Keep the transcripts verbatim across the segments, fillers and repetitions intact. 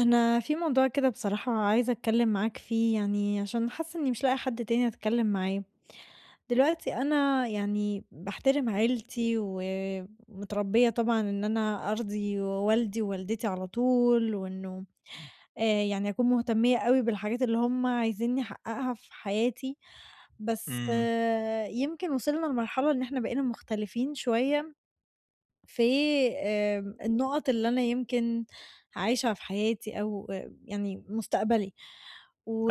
أنا في موضوع كده، بصراحة عايزة أتكلم معاك فيه، يعني عشان حاسة إني مش لاقي حد تاني أتكلم معاه. دلوقتي أنا يعني باحترم عيلتي ومتربية طبعا إن أنا أرضي والدي ووالدتي على طول، وإنه آه، يعني أكون مهتمية قوي بالحاجات اللي هم عايزيني أحققها في حياتي. بس إمم، آه، يمكن وصلنا لمرحلة إن إحنا بقينا مختلفين شوية في آمم، النُقَط اللي أنا يمكن عايشة في حياتي أو آآ، يعني مستقبلي.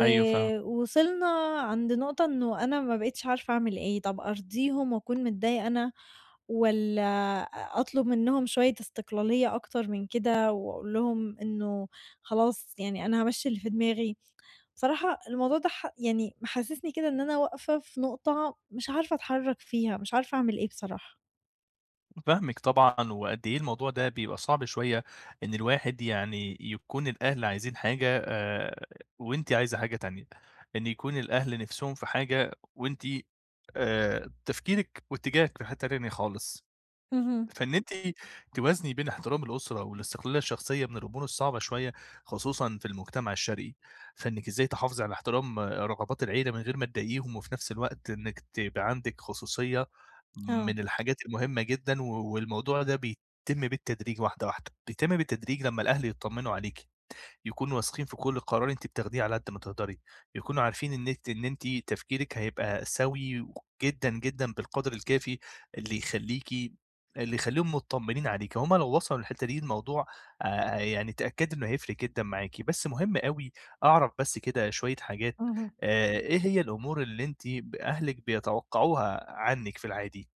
أيوه فاهمِك، عند نقطة إنه أنا ما بقيتش عارفة أعمل إيه، طَب أرضيهم وأكون متضايقة أنا، والّا أ أطلب منّهم شوية استقلالية أكتر من كده، وأقول لهم إنه خلاص يعني أنا هامشّي اللي في دماغي. بصراحة الموضوع ده ح يعني محسّسني كده إن أنا واقفة في نقطة مش عارفة أتحرّك فيها، مش عارفة أعمل إيه بصراحة. فاهمِك طبعًا، وقد إيه الموضوع ده بيبقى صعب شوية إن الواحد يعني يكون الأهل عايزين حاجة آآ، وأنتِ عايزة حاجة تانية، إن يكون الأهل نِفْسهم في حاجة وأنتِ آآ، تفكيرِك واتجاهِك في حتّة تانية خالص. اهم. فإن أنتِ توازني بين احترام الأسرة والاستقلالية الشخصية من الأمور الصعبة شوية، خصوصًا في المجتمع الشرقي، فإنِّك إزاي تحافظي على احترام رغبات العيلة من غير ما تضايقيهم، وفي نفس الوقت إنِّك تبقى عندِك خصوصية آه. من الحاجات المهمة جدًا، و والموضوع ده بيتم بالتدريج واحدة واحدة، بيتم بالتدريج لمّا الأهل يتطمنوا عليكِ. يكونوا واثقين في كل قرار أنتِ بتاخديه على قد ما تقدري، يكونوا عارفين إن أنتِ إن أنتِ تفكيرِك هيبقى سوي جدًا، جدًا بالقدر الكافي اللي يخلّيكِ اللي يخلّيهم مطمنين عليكِ، هُم لو وصلوا للحتة دي الموضوع آآ يعني تأكدي إنه هيفرق جدًا معاكِ، بس مهم أوي أعرف بس كده شوية حاجات. اهم. آآ إيه هي الأمور اللي أنتِ ب أهلِك بيتوقعوها عنِّك في العادي؟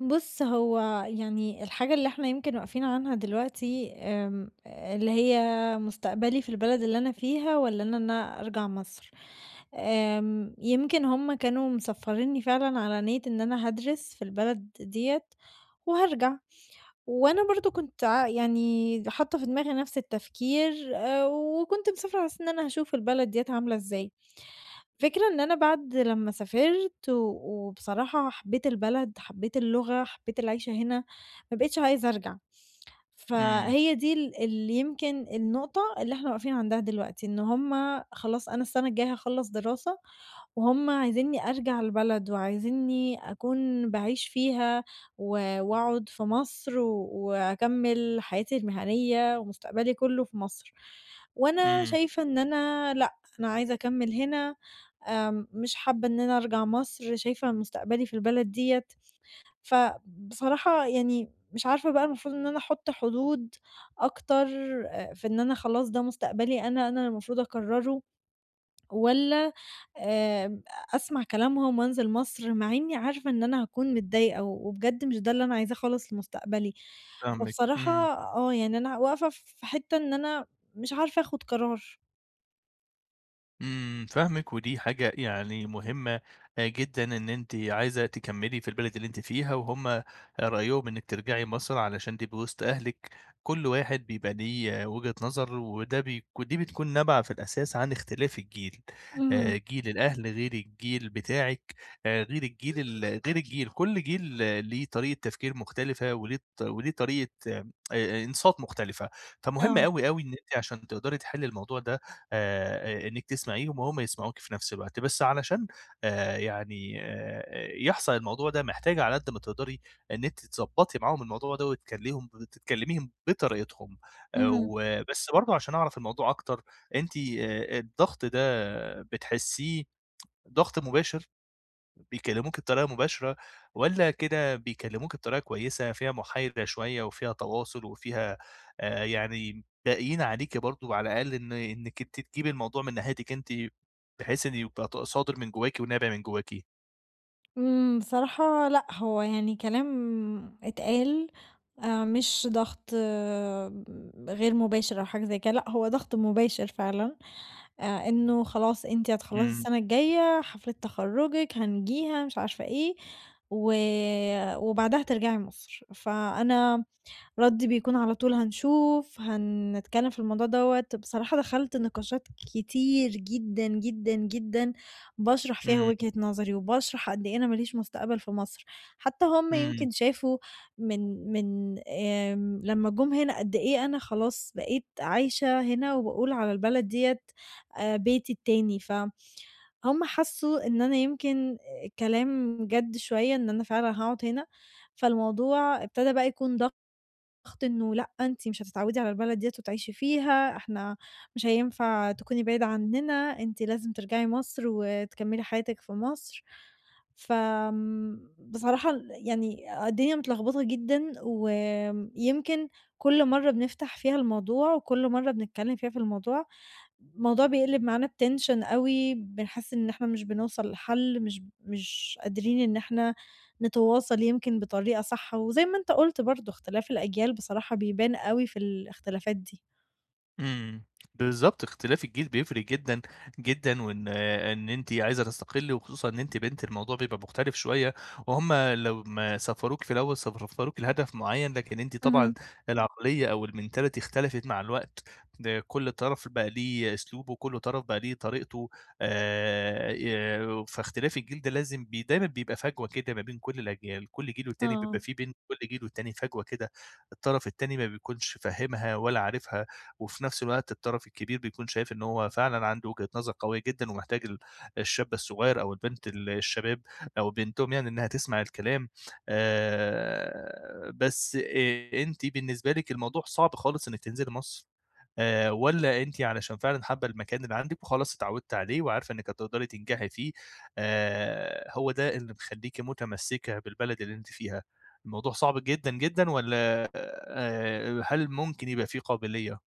بُص، هو يعني الحاجة اللي إحنا يمكن واقفين عنها دلوقتي آمم، اللي هي مستقبلي في البلد اللي أنا فيها، والّا إن أنا أرجع مصر. آمم، يمكن هُم كانوا مصفّرينّي فعلًا على نيّة إن أنا هادرس في البلد ديّة وهارجع. وأنا برضه كنت ع يعني حاطة في دماغي نفس التفكير، آآ، وكنت مسافرة على أساس إن أنا هاشوف البلد ديّة عاملة إزاي. الفكرة إن أنا بعد لمّا سافرت و وبصراحة حبيت البلد، حبيت اللغة، حبيت العيشة هنا، ما بقيتش عايزة أرجع. إمم. فهي دي ال اللي يمكن النقطة اللي إحنا واقفين عندها دلوقتي، إن هُم خلاص أنا السنة الجاية هاخلّص دراسة، وهُم عايزينّي أرجع البلد، وعايزينّي أكون باعيش فيها، و وأقعد في مصر و- وأكمّل حياتي المهنية ومستقبلي كلّه في مصر. وأنا إمم. شايفة إن أنا لأ، أنا عايزة أكمّل هنا. آمم، مش حابة إن أنا أرجع مصر، شايفة مستقبلي في البلد ديّة. فبصراحة يعني مش عارفة بقى المفروض إن أنا أحُط حدود أكتر آآ، في إن أنا خلاص ده مستقبلي أنا، أنا اللي المفروض أقرّره، والّا آآ أسمع كلامهم وأنزل مصر، مع إني عارفة إن أنا هاكون متضايقة، و- وبجد مش ده اللي أنا عايزاه خالص لمستقبلي. فاهمِك. فبصراحة إمم. آه، يعني أنا واقفة في حتّة إن أنا مش عارفة آخُد قرار. إمم، فاهمِك، ودي حاجة يعني مهمة آآ جدًا إن أنتِ عايزة تكمّلي في البلد اللي أنتِ فيها، وهُم رأيهم إنِّك ترجعي مصر علشان تبقي وسط أهلِك، كل واحد بيبقى ليه آه، وجهة نظر، وده بيك ودي بتكون نابعة في الأساس عن اختلاف الجيل، اهم. آآ جيل الأهل غير الجيل بتاعِك، آآ غير الجيل ال غير الجيل، كل جيل آه، ليه طريقة تفكير مختلفة، وليه ط وليه طريقة آآ إنصات مختلفة، فمهم آه. أوي، أوي إن أنتِ عشان تقدري تحلّي الموضوع ده آآ إنِّك تسمعيهم وهُم يسمعوكِ في نفس الوقت، بس علشان آآ يعني آآ يحصل الموضوع ده محتاجة على قد ما تقدري إن أنتِ تضبّطي معاهم الموضوع ده وتكليهم تكلميهم بطريقتهم، آآ اهم. وبس برضه عشان أعرف الموضوع أكتر. أنتِ آآ الضغط ده بتحسّيه ضغط مباشر؟ بيكلّموك بطريقة مباشرة والّا كده بيكلّموك بطريقة كويسة فيها محايدة شوية وفيها تواصل وفيها آآ يعني باقيين عليكِ برضه على الأقل إن إنِّك أنتِ تجيبي الموضوع من ناحيتِك أنتِ، بحيث إن يبقى ط صادر من جواكِ ونابع من جواكِ؟ إمم، بصراحة لأ، هو يعني كلام اتقال، آآ مش ضغط، آه، غير مباشر أو حاجة زي كده، لأ هو ضغط مباشر فعلًا. آآ إنه خلاص أنتِ هتخلّصي إمم. السنة الجاية، حفلة تخرُّجِك هنجيها مش عارفة إيه، و وبعدها هترجعي مصر. فأنا رد بيكون على طول هنشوف، هنتكلّم في الموضوع دوّة. بصراحة دخلت نقاشات كتير جدًا، جدًا، جدًا، باشرح فيها إمم. وجهة نظري، وباشرح قد إيه أنا ما ليش مستقبل في مصر. حتّى هُم إمم. يمكن شافوا من من آمم، لمّا جُم هنا قد إيه أنا خلاص بقيت عايشة هنا، وباقول على البلد ديّة آآ، بيتي التاني. فهُم حسّوا إن أنا يمكن كلام جَد شوية، إن أنا فعلًا هاقعد هنا. فالموضوع ابتدى بقى يكون ضغط ضغط إنه لأ أنتِ مش هتتعودي على البلد ديّة وتعيشي فيها، إحنا مش هينفع تكوني بعيدة عننا، أنتِ لازم ترجعي مصر وتكمّلي حياتِك في مصر. فآمم، بصراحة ال يعني الدنيا متلخبطة جدًا، ويمكن كل مرّة بنفتح فيها الموضوع، وكل مرّة بنتكلّم فيها في الموضوع، الموضوع بيقلب معانا بtension أوي. بنحس إن إحنا مش بنوصل لحل، مش مش قادرين إن إحنا نتواصل يمكن بطريقة صح، وزي ما أنت قُلت برضه اختلاف الأجيال بصراحة بيبان أوي في الاختلافات دي. إمم، بالضبط، اختلاف الجيل بيفرق جدًا، جدًا، وإن إن أنتِ عايزة تستقلّي وخصوصًا إن أنتِ بنت الموضوع بيبقى مختلف شوية، وهُم لمّا سفّروكِ في الأول سفّروكِ لهدف معيّن، لكن أنتِ طبعًا اهم. العقلية أو الmentality اختلفت مع الوقت، ده كل طرف بقى ليه أسلوبه، كل طرف بقى ليه طريقته، آآ، ي فاختلاف الجيل ده لازم بي دايمًا بيبقى فجوة كده ما بين كل الأجيال، كل جيل والتاني آه. بيبقى في بين كل جيل والتاني فجوة كده، الطرف التاني ما بيكونش فاهمها ولا عارفها. وفي نفس الوقت الطرف الكبير بيكون شايف إن هو فعلًا عنده وجهة نظر قوية جدًا ومحتاج ال الشاب الصغير أو البنت ال الشباب أو بنتهم يعني إنها تسمع الكلام. آآ، بس آآ، أنتِ بالنسبة لِك الموضوع صعب خالص إنِّك تنزلي مصر، آآ، والّا أنتِ علشان فعلًا حابة المكان اللي عندِك وخلاص اتعودتِ عليه وعارفة إنِّك هتقدري تنجحي فيه، آآ، هو ده اللي مخلّيكِ متمسكة بالبلد اللي أنتِ فيها؟ الموضوع صعب جدًا، جدًا، والّا آآ، هل ممكن يبقى في قابلية؟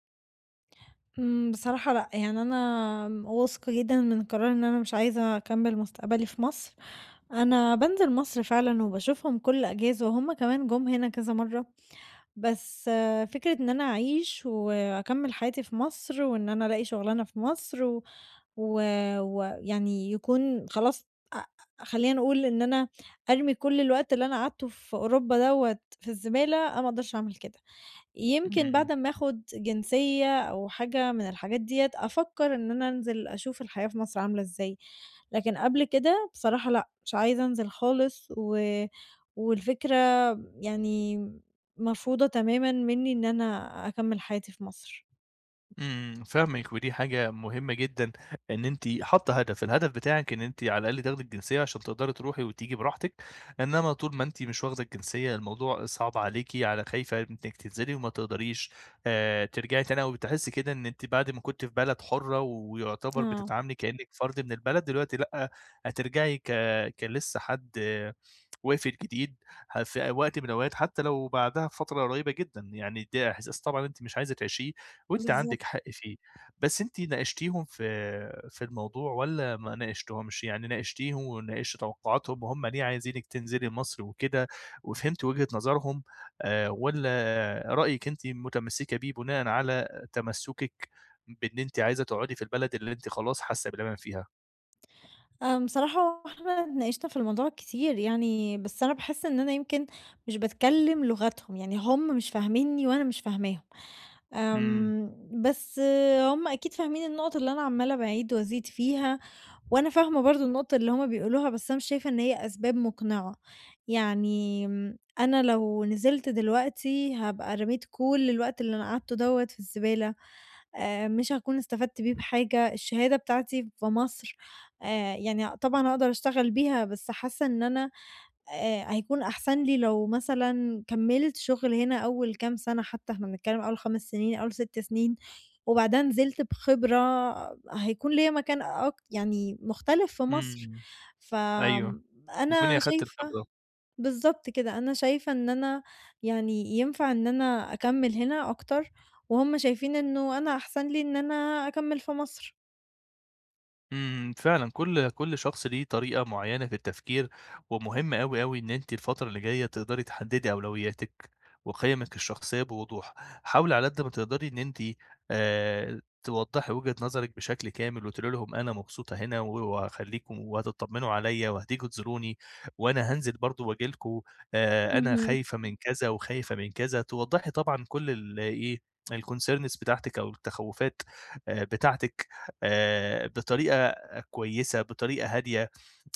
إمم، بصراحة لأ، يعني أنا واثقة جدًا من قراري إن أنا مش عايزة أكمّل مستقبلي في مصر. أنا بانزل مصر فعلًا وباشوفهم كل أجازة، وهُم كمان جُم هنا كذا مرّة. بس آه، فكرة إن أنا أعيش وأكمّل حياتي في مصر، وإن أنا ألاقي شُغلانة في مصر، ويعني و و ويعني يكون خلاص، أ خلّينا نقول إن أنا أرمي كل الوقت اللي أنا قعدته في أوروبا دوّة في الزبالة، أنا ما أقدرش أعمل كده. يمكن بعد إمم. أمّا آخُد جنسية أو حاجة من الحاجات ديّة، أفكّر إن أنا أنزل أشوف الحياة في مصر عاملة إزاي. لكن قبل كده بصراحة لأ، مش عايزة أنزل خالص و والفكرة يعني مرفوضة تمامًا منّي إن أنا أكمّل حياتي في مصر. إمم، فاهمِك، ودي حاجة مهمة جدًا إن أنتِ حاطة هدف، الهدف بتاعِك إن أنتِ على الأقل تاخدي الجنسية عشان تقدري تروحي وتيجي براحتك، إنما طول ما أنتِ مش واخدة الجنسية الموضوع صعب عليكِ، على خايفة إنِّك تنزلي وما تقدريش آآ ترجعي تاني أو بتحسي كده إن أنتِ بعد ما كنتِ في بلد حُرة ويعتبر آه، بتتعاملي كإنِّك فرد من البلد، دلوقتي لأ، هترجعي ك كلسه حد وافد جديد ه في وقت من الأوقات حتى لو بعدها بفترة قريبة جدًا، يعني ده إحساس طبعًا أنتِ مش عايزة تعيشيه وأنتِ عندِك بالضبط. حق فيه، بس أنتِ ناقشتيهم في في الموضوع والّا ما ناقشتيهمش؟ يعني ناقشتيهم وناقشتِ توقعاتهم وهُم ليه عايزينِك تنزلي مصر وكده وفهمتِ وجهة نظرهم، آآ والّا رأيِك أنتِ متمسكة بيه بناءً على تمسكِك بإن أنتِ عايزة تقعدي في البلد اللي أنتِ خلاص حاسة بالأمان فيها؟ آمم، بصراحة إحنا اتناقشنا في الموضوع كتير يعني، بس أنا باحس إن أنا يمكن مش باتكلّم لغتهم، يعني هم مش فاهمينّي وأنا مش فاهماهم. إمم. آمم، بس هم أكيد فاهمين النقط اللي أنا عمّالة باعيد وأزيد فيها. وأنا فاهمة برضه النقطة اللي هُم بيقولوها، بس أنا مش شايفة إن هي أسباب مقنعة. يعني آمم، أنا لو نزلت دلوقتي هابقى رميت كل الوقت اللي أنا قعدته دوّة في الزبالة، آآ، مش هاكون استفدت بيه بحاجة. الشهادة بتاعتي في مصر، آآ، يعني طبعًا هاقدر أشتغل بيها، بس حاسة إن أنا آآ هيكون أحسن لي لو مثلًا كمّلت شغل هنا أول كام سَنة حتى، إحنا بنتكلّم أول 5 سنين، أول 6 سنين، وبعدها نزلت بخبرة، هيكون ليّا مكان أك يعني مختلف في مصر. إمم، أيوه، تكوني فأنا أخدتِ شايفة. الخبرة. بالضبط كده، أنا شايفة إن أنا يعني ينفع إن أنا أكمّل هنا أكتر، وهُم شايفين إنه أنا أحسن لي إن أنا أكمّل في مصر. إمم، فعلًا كل كل شخص ليه طريقة معيّنة في التفكير، ومهم أوي، أوي إن أنتِ الفترة اللي جاية تقدري تحددي أولوياتِك وقيمِك الشخصية بوضوح، حاولي على قد ما تقدري إن أنتِ آآ، توضّحي وجهة نظرِك بشكل كامل وتقولي لهم أنا مبسوطة هنا و وهاخلّيكم وهتطمنوا عليَّ وهتيجوا تزوروني، وأنا هانزل برضه وآجي لكم، آآ، أنا اهم. خايفة من كذا وخايفة من كذا، توضّحي طبعًا كل ال إيه الconcerns بتاعتِك أو التخوّفات آآ، بتاعتِك آآ، بطريقة كويسة، بطريقة هادية،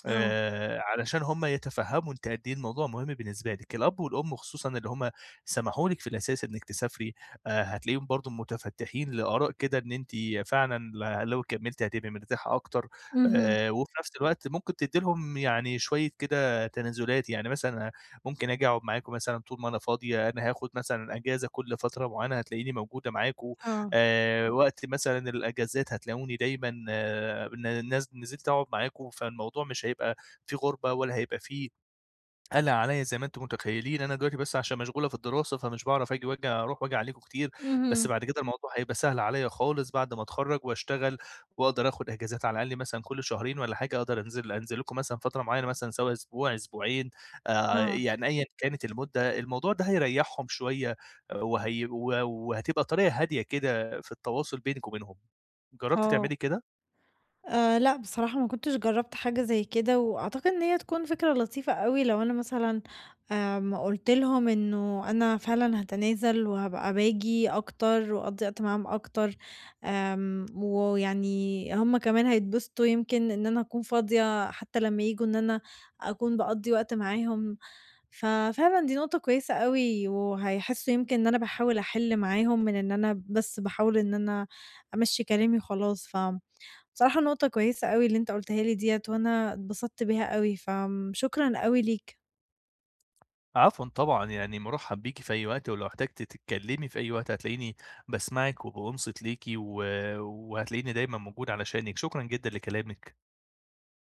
آه. آآ علشان هم يتفهّموا أنتِ قد إيه الموضوع مهم بالنسبة لِك. الأب والأم خصوصًا اللي هم سمحوا لِك في الأساس إنِّك تسافري، آآ هتلاقيهم برضه متفتّحين لآراء كده إن أنتِ فعلًا ل لو كمّلتِ هتبقي مرتاحة أكتر، اهم. آآ وفي نفس الوقت ممكن تدّي لهم يعني شوية كده تنازلات، يعني مثلًا ممكن آجي أقعد معاكم مثلًا طول ما أنا فاضية، أنا هاخد مثلًا أجازة كل فترة معيّنة هتلاقيني موجودة معاكم. آه. آآ وقت مثلًا الأجازات هتلاقوني دايمًا آه، ن نزلت أقعد معاكم، فالموضوع مش هيبقى في غُربة ولا هيبقى في قلق عليَّ زي ما أنتم متخيلين، أنا دلوقتي بس عشان مشغولة في الدراسة، فمش باعرف آجي وآجي أروح وآجي عليكم كتير، بس اهم. بعد كده الموضوع هيبقى سهل عليَّ خالص بعد ما أتخرّج وأشتغل، وأقدر آخد إجازات على الأقل مثلًا كل شهرين والّا حاجة، أقدر أنزل أنزل لكم مثلًا فترة معيّنة مثلًا سواء أسبوع، أسبوعين، آآ، آه. يعني أيًا كانت المدة، الموضوع ده هيريّحهم شوية آه، وهي و وهتبقى طريقة هادية كده في التواصل بينِك وبينهم. جرّبتِ اه، تعملي كده؟ آآ لأ، بصراحة ما كنتش جرّبت حاجة زي كده، وأعتقد إن هي تكون فكرة لطيفة أوي لو أنا مثلًا آمم قُلت لهم إنه أنا فعلًا هاتنازل وهابقى باجي أكتر وأقضّي وقت معاهم أكتر. آمم ويعني هُم كمان هيتبسطوا يمكن إن أنا أكون فاضية حتى لمّا ييجوا إن أنا أكون باقضّي وقت معاهم. ففعلًا دي نقطة كويسة أوي، وهيحسّوا يمكن إن أنا باحاول أحِل معاهم من إن أنا بس باحاول إن أنا أمشّي كلامي وخلاص. ف بصراحة نقطة كويسة أوي اللي أنت قُلتها لي ديّة، وأنا اتبسطت بيها أوي، فآمم شكرًا أوي ليك. عفوًا طبعًا، يعني مرحّب بيكِ في أي وقت، ولو احتجتِ تتكلمي في أي وقت هتلاقيني باسمعِك وبانصت ليكِ و وهتلاقيني دايمًا موجود علشانِك، شكرًا جدًا لكلامِك.